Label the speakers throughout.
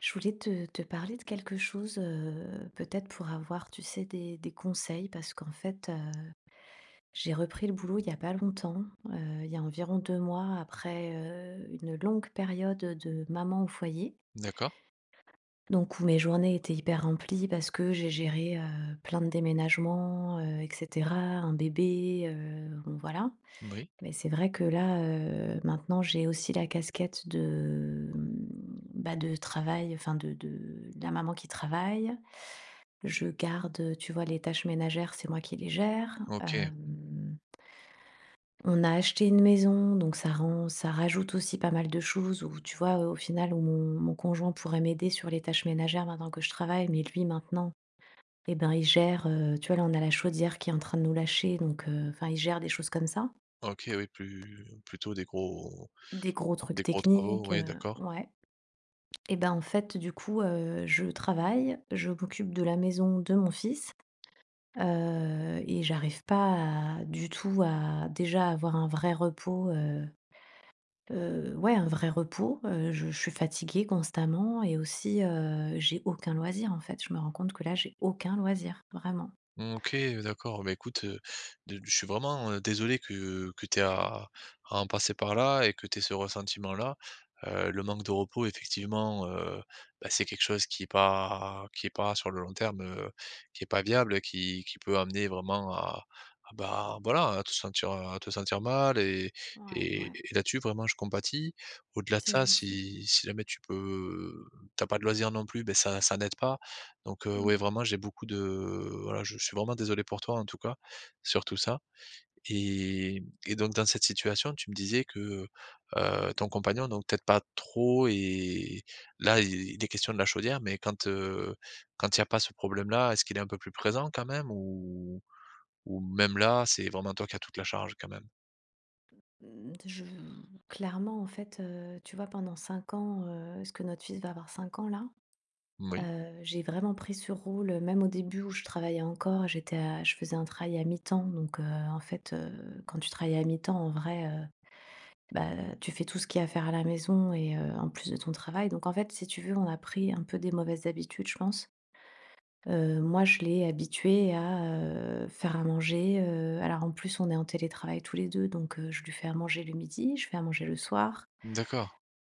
Speaker 1: Je voulais te parler de quelque chose, peut-être pour avoir, tu sais, des conseils parce qu'en fait, j'ai repris le boulot il y a pas longtemps, il y a environ 2 mois après, une longue période de maman au foyer.
Speaker 2: D'accord.
Speaker 1: Donc où mes journées étaient hyper remplies parce que j'ai géré, plein de déménagements, et cetera, un bébé, bon voilà.
Speaker 2: Oui.
Speaker 1: Mais c'est vrai que là, maintenant j'ai aussi la casquette de, bah, de travail, enfin de de la maman qui travaille. Je garde, tu vois, les tâches ménagères, c'est moi qui les gère.
Speaker 2: OK.
Speaker 1: On a acheté une maison, donc ça rajoute aussi pas mal de choses où, tu vois, au final où mon conjoint pourrait m'aider sur les tâches ménagères maintenant que je travaille, mais lui maintenant, eh ben, il gère, tu vois, là on a la chaudière qui est en train de nous lâcher, donc enfin il gère des choses comme ça.
Speaker 2: OK, oui, plus plutôt
Speaker 1: Des gros trucs
Speaker 2: des gros travaux,
Speaker 1: techniques,
Speaker 2: oui, d'accord.
Speaker 1: ouais. Et ben, en fait, du coup, je travaille, je m'occupe de la maison de mon fils, et j'arrive pas à du tout à déjà avoir un vrai repos, ouais, un vrai repos, je suis fatiguée constamment et aussi, j'ai aucun loisir, en fait. Je me rends compte que là, j'ai aucun loisir, vraiment.
Speaker 2: OK, d'accord. Bah, écoute, de je suis vraiment, désolé que tu aies à en passer par là et que tu aies ce ressentiment-là. Le manque de repos effectivement, bah, c'est quelque chose qui est pas sur le long terme, qui est pas viable, qui peut amener vraiment à bah, voilà, à te sentir mal
Speaker 1: Ouais, ouais,
Speaker 2: et là-dessus vraiment je compatis. Au-delà de
Speaker 1: c'est
Speaker 2: ça,
Speaker 1: gentil.
Speaker 2: si jamais tu peux t'as pas de loisirs non plus, ben ça n'aide pas. Donc, ouais,
Speaker 1: Mmh.
Speaker 2: vraiment, j'ai beaucoup de voilà, je suis vraiment désolé pour toi, en tout cas, sur tout ça et et donc dans cette situation, tu me disais que, ton compagnon, donc peut-être pas trop, et là, il est question de la chaudière, mais quand, quand il y a pas ce problème-là, est-ce qu'il est un peu plus présent quand même, ou même là, c'est vraiment toi qui as toute la charge quand même?
Speaker 1: Mmh, je Clairement, en fait, tu vois, pendant 5 ans, est-ce que notre fils va avoir 5 ans, là.
Speaker 2: Oui,
Speaker 1: J'ai vraiment pris ce rôle, même au début où je travaillais encore, j'étais à je faisais un travail à mi-temps, donc en fait, quand tu travailles à mi-temps en vrai, bah, tu fais tout ce qu'il y a à faire à la maison et en plus de ton travail, donc en fait, si tu veux, on a pris un peu des mauvaises habitudes, je pense. Moi, je l'ai habitué à, faire à manger, alors en plus, on est en télétravail tous les 2, donc je lui fais à manger le midi, je fais à manger le soir.
Speaker 2: d'accord,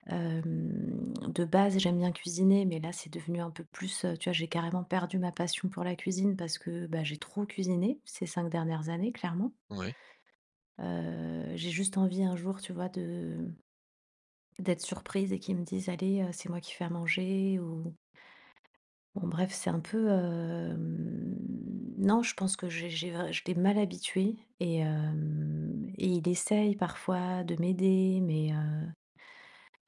Speaker 1: De base, j'aime bien cuisiner, mais là, c'est devenu un peu plus, tu vois, j'ai carrément perdu ma passion pour la cuisine parce que, bah, j'ai trop cuisiné ces 5 dernières années, clairement.
Speaker 2: oui,
Speaker 1: J'ai juste envie un jour, tu vois, de d'être surprise et qu'ils me disent: «Allez, c'est moi qui fais à manger», ou bon bref, c'est un peu, non, je pense que j'ai vr je l'ai mal habitué et hem et il essaye parfois de m'aider, mais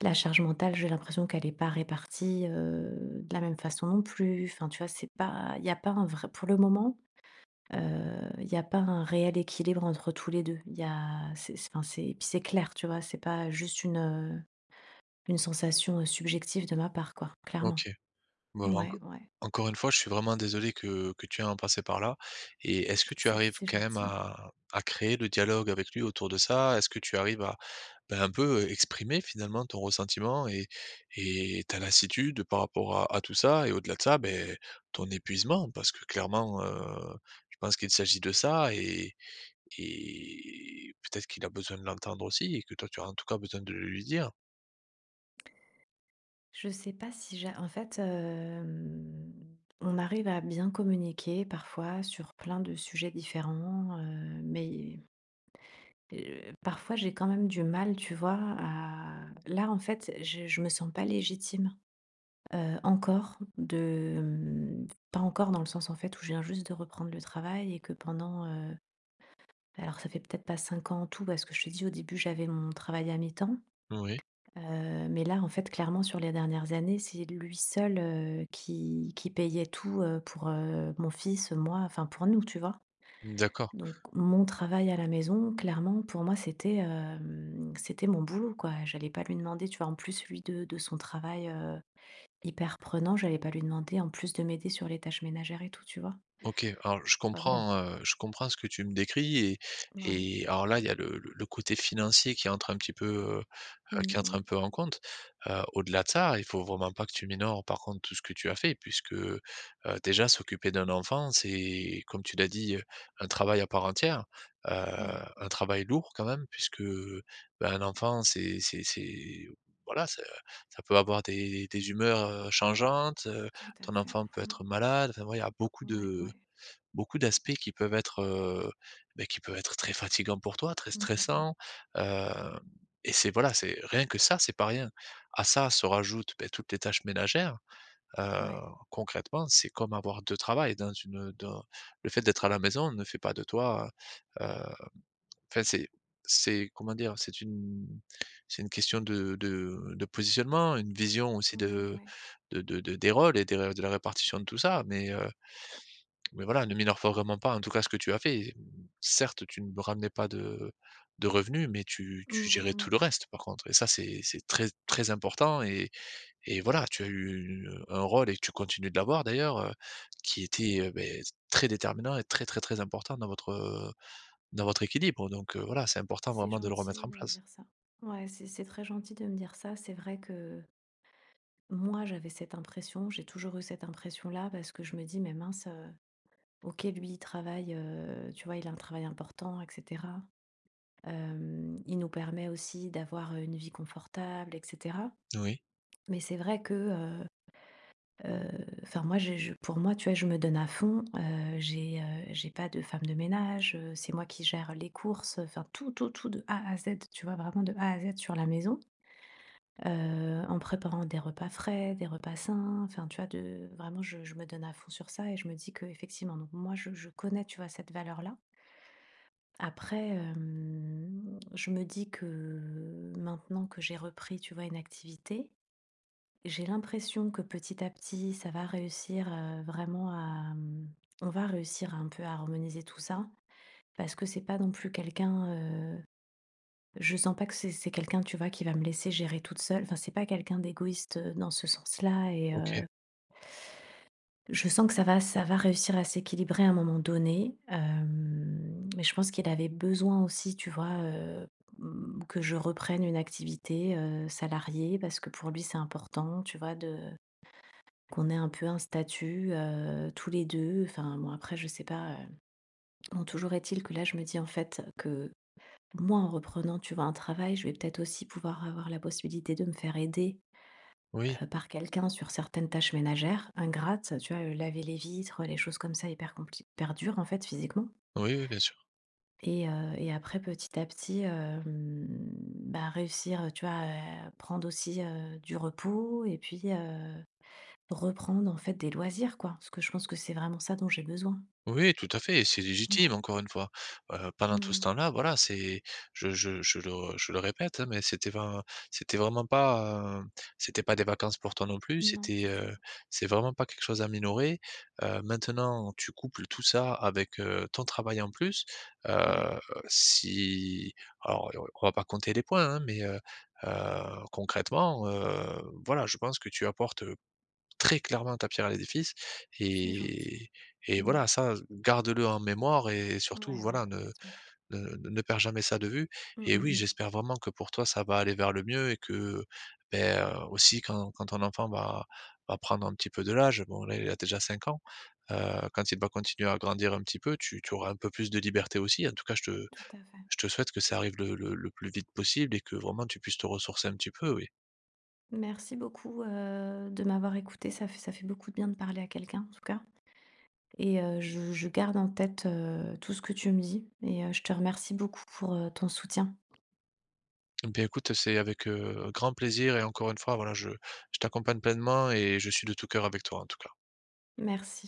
Speaker 1: la charge mentale, j'ai l'impression qu'elle n'est pas répartie, de la même façon non plus. Enfin, tu vois, c'est pas il y a pas un vrai pour le moment, il y a pas un réel équilibre entre tous les 2. Il y a c'est Enfin, c'est, et puis c'est clair, tu vois? C'est pas juste une sensation, subjective de ma part, quoi, clairement.
Speaker 2: OK. Bah,
Speaker 1: Ouais, ouais,
Speaker 2: encore une fois, je suis vraiment désolé que tu aies à en passer par là, et est-ce que tu
Speaker 1: c'est
Speaker 2: arrives
Speaker 1: c'est
Speaker 2: quand même
Speaker 1: gentil.
Speaker 2: à créer le dialogue avec lui autour de ça? Est-ce que tu arrives à, bah, un peu, exprimer finalement ton ressentiment et ta lassitude par rapport à tout ça, et au-delà de ça, beh, ton épuisement? Parce que clairement, je pense qu'il s'agit de ça, et peut-être qu'il a besoin de l'entendre aussi et que toi tu as en tout cas besoin de le lui dire.
Speaker 1: Je sais pas si j'ai en fait, on arrive à bien communiquer parfois sur plein de sujets différents, mais parfois j'ai quand même du mal, tu vois, en fait, je me sens pas légitime, encore de, pas encore dans le sens, en fait, où je viens juste de reprendre le travail et que pendant, alors ça fait peut-être pas 5 ans en tout parce que je te dis au début j'avais mon travail à mi-temps,
Speaker 2: Oui,
Speaker 1: heu, mais là, en fait, clairement sur les dernières années, c'est lui seul, qui payait tout, pour, mon fils, moi, enfin pour nous, tu vois?
Speaker 2: d'accord.
Speaker 1: Donc mon travail à la maison, clairement, pour moi, c'était, c'était mon boulot, quoi. J'allais pas lui demander, tu vois, en plus, lui, de son travail, hyper prenant, j'allais pas lui demander, en plus, de m'aider sur les tâches ménagères et tout, tu vois?
Speaker 2: OK, alors
Speaker 1: Bah, voilà.
Speaker 2: je comprends ce que tu me décris,
Speaker 1: Ouais.
Speaker 2: et alors là, il y a le côté financier qui entre un petit peu, heu
Speaker 1: Oui,
Speaker 2: qui entre
Speaker 1: oui.
Speaker 2: un peu en compte. Au-delà de ça, il faut vraiment pas que tu minores par contre tout ce que tu as fait puisque, déjà s'occuper d'un enfant, c'est comme tu l'as dit, un travail à part entière, heu,
Speaker 1: Ouais.
Speaker 2: un travail lourd quand même puisque, ben un enfant c'est c'est voilà, ça ça peut avoir des humeurs, changeantes,
Speaker 1: Tout à
Speaker 2: ton
Speaker 1: fait.
Speaker 2: enfant peut
Speaker 1: Mmh.
Speaker 2: être malade, enfin voilà, il y a beaucoup
Speaker 1: Ouais,
Speaker 2: de
Speaker 1: ouais.
Speaker 2: beaucoup d'aspects qui peuvent être, beh, qui peuvent être très fatigants pour toi, très
Speaker 1: Mmh, mmh, mmh.
Speaker 2: stressants, heu et c'est voilà, c'est rien que ça, c'est pas rien. À ça se rajoutent, beh, toutes les tâches ménagères, heu,
Speaker 1: Ouais.
Speaker 2: concrètement, c'est comme avoir 2 travails dans une dans le fait d'être à la maison ne fait pas de toi, heu, enfin c'est comment dire? C'est une question de positionnement, une vision aussi
Speaker 1: Ouais, ouais.
Speaker 2: de des rôles et des ré de la répartition de tout ça, mais voilà, ne minore vraiment pas, en tout cas, ce que tu as fait. Certes, tu ne ramenais pas de revenus, mais
Speaker 1: Mmh,
Speaker 2: tu gérais
Speaker 1: mmh,
Speaker 2: tout
Speaker 1: mmh.
Speaker 2: le reste, par contre, et ça, c'est très, très important, et voilà, tu as eu une un rôle et tu continues de l'avoir d'ailleurs, qui était, beh, très déterminant et très, très, très important dans votre équilibre, donc voilà, c'est important
Speaker 1: C'est
Speaker 2: vraiment de le
Speaker 1: gentil
Speaker 2: remettre en
Speaker 1: de me
Speaker 2: place.
Speaker 1: dire ça. Ouais, c'est très gentil de me dire ça. C'est vrai que moi, j'avais cette impression, j'ai toujours eu cette impression-là parce que je me dis: «Mais mince, OK, lui, il travaille, tu vois, il a un travail important, et cetera. Il nous permet aussi d'avoir une vie confortable, et cetera.
Speaker 2: Oui,
Speaker 1: Mais c'est vrai que, heu, enfin moi, j'ai je pour moi, tu vois, je me donne à fond, j'ai pas de femme de ménage, c'est moi qui gère les courses, enfin tout, tout, tout de A à Z, tu vois? Vraiment de A à Z sur la maison, en préparant des repas frais, des repas sains, enfin tu vois, de vraiment je me donne à fond sur ça et je me dis que effectivement, donc moi je connais, tu vois, cette valeur-là. Après, je me dis que maintenant que j'ai repris, tu vois, une activité, j'ai l'impression que petit à petit, ça va réussir, vraiment à, on va réussir un peu à harmoniser tout ça. Parce que c'est pas non plus quelqu'un, je sens pas que c'est quelqu'un, tu vois, qui va me laisser gérer toute seule. Enfin, c'est pas quelqu'un d'égoïste, dans ce sens-là, et
Speaker 2: OK.
Speaker 1: je sens que ça va réussir à s'équilibrer à un moment donné, mais je pense qu'il avait besoin aussi, tu vois, mmh, que je reprenne une activité, salariée, parce que pour lui, c'est important, tu vois, de qu'on ait un peu un statut, tous les 2. Enfin bon, après je sais pas, bon, toujours est-il que là, je me dis, en fait, que moi, en reprenant, tu vois, un travail, je vais peut-être aussi pouvoir avoir la possibilité de me faire aider,
Speaker 2: Oui.
Speaker 1: par quelqu'un sur certaines tâches ménagères ingrates, tu vois? Laver les vitres, les choses comme ça hyper compli, hyper dures en fait physiquement,
Speaker 2: Oui, oui, bien sûr.
Speaker 1: et après petit à petit, bah, réussir, tu vois? Prendre aussi, du repos, et puis, reprendre en fait des loisirs, quoi. Parce que je pense que c'est vraiment ça dont j'ai besoin.
Speaker 2: Oui, tout à fait, et c'est légitime
Speaker 1: Ouais.
Speaker 2: encore une fois. Pendant tout ce
Speaker 1: Mmh.
Speaker 2: temps-là, voilà, c'est je le répète, hein, mais c'était vraiment pas, c'était pas des vacances pour toi non plus,
Speaker 1: Non,
Speaker 2: c'était,
Speaker 1: du tout.
Speaker 2: c'est vraiment pas quelque chose à minorer. Maintenant, tu couples tout ça avec, ton travail en plus.
Speaker 1: Ouais,
Speaker 2: Heu, si alors, on va pas compter les points, hein, mais, heu, concrètement, voilà, je pense que tu apportes, très clairement, ta pierre à l'édifice,
Speaker 1: c'est gentil.
Speaker 2: et et
Speaker 1: Mmh.
Speaker 2: voilà, ça, garde-le en mémoire et surtout,
Speaker 1: Ouais, ouais,
Speaker 2: voilà,
Speaker 1: complètement.
Speaker 2: ne perds jamais ça de vue,
Speaker 1: Mmh,
Speaker 2: et
Speaker 1: mmh,
Speaker 2: oui,
Speaker 1: mh.
Speaker 2: j'espère vraiment que pour toi, ça va aller vers le mieux et que, beh, aussi quand quand ton enfant va va prendre un petit peu de l'âge, bon là, il a déjà 5 ans, quand il va continuer à grandir un petit peu, tu auras un peu plus de liberté aussi. En tout cas,
Speaker 1: Tout à fait.
Speaker 2: je te souhaite que ça arrive le plus vite possible et que vraiment tu puisses te ressourcer un petit peu, oui.
Speaker 1: Merci beaucoup, de m'avoir écoutée. Ça fait beaucoup de bien de parler à quelqu'un, en tout cas, et je garde en tête, tout ce que tu me dis, et je te remercie beaucoup pour, ton soutien.
Speaker 2: Eh bien écoute, c'est avec, grand plaisir, et encore une fois, voilà, je t'accompagne pleinement et je suis de tout cœur avec toi, en tout cas.
Speaker 1: Merci.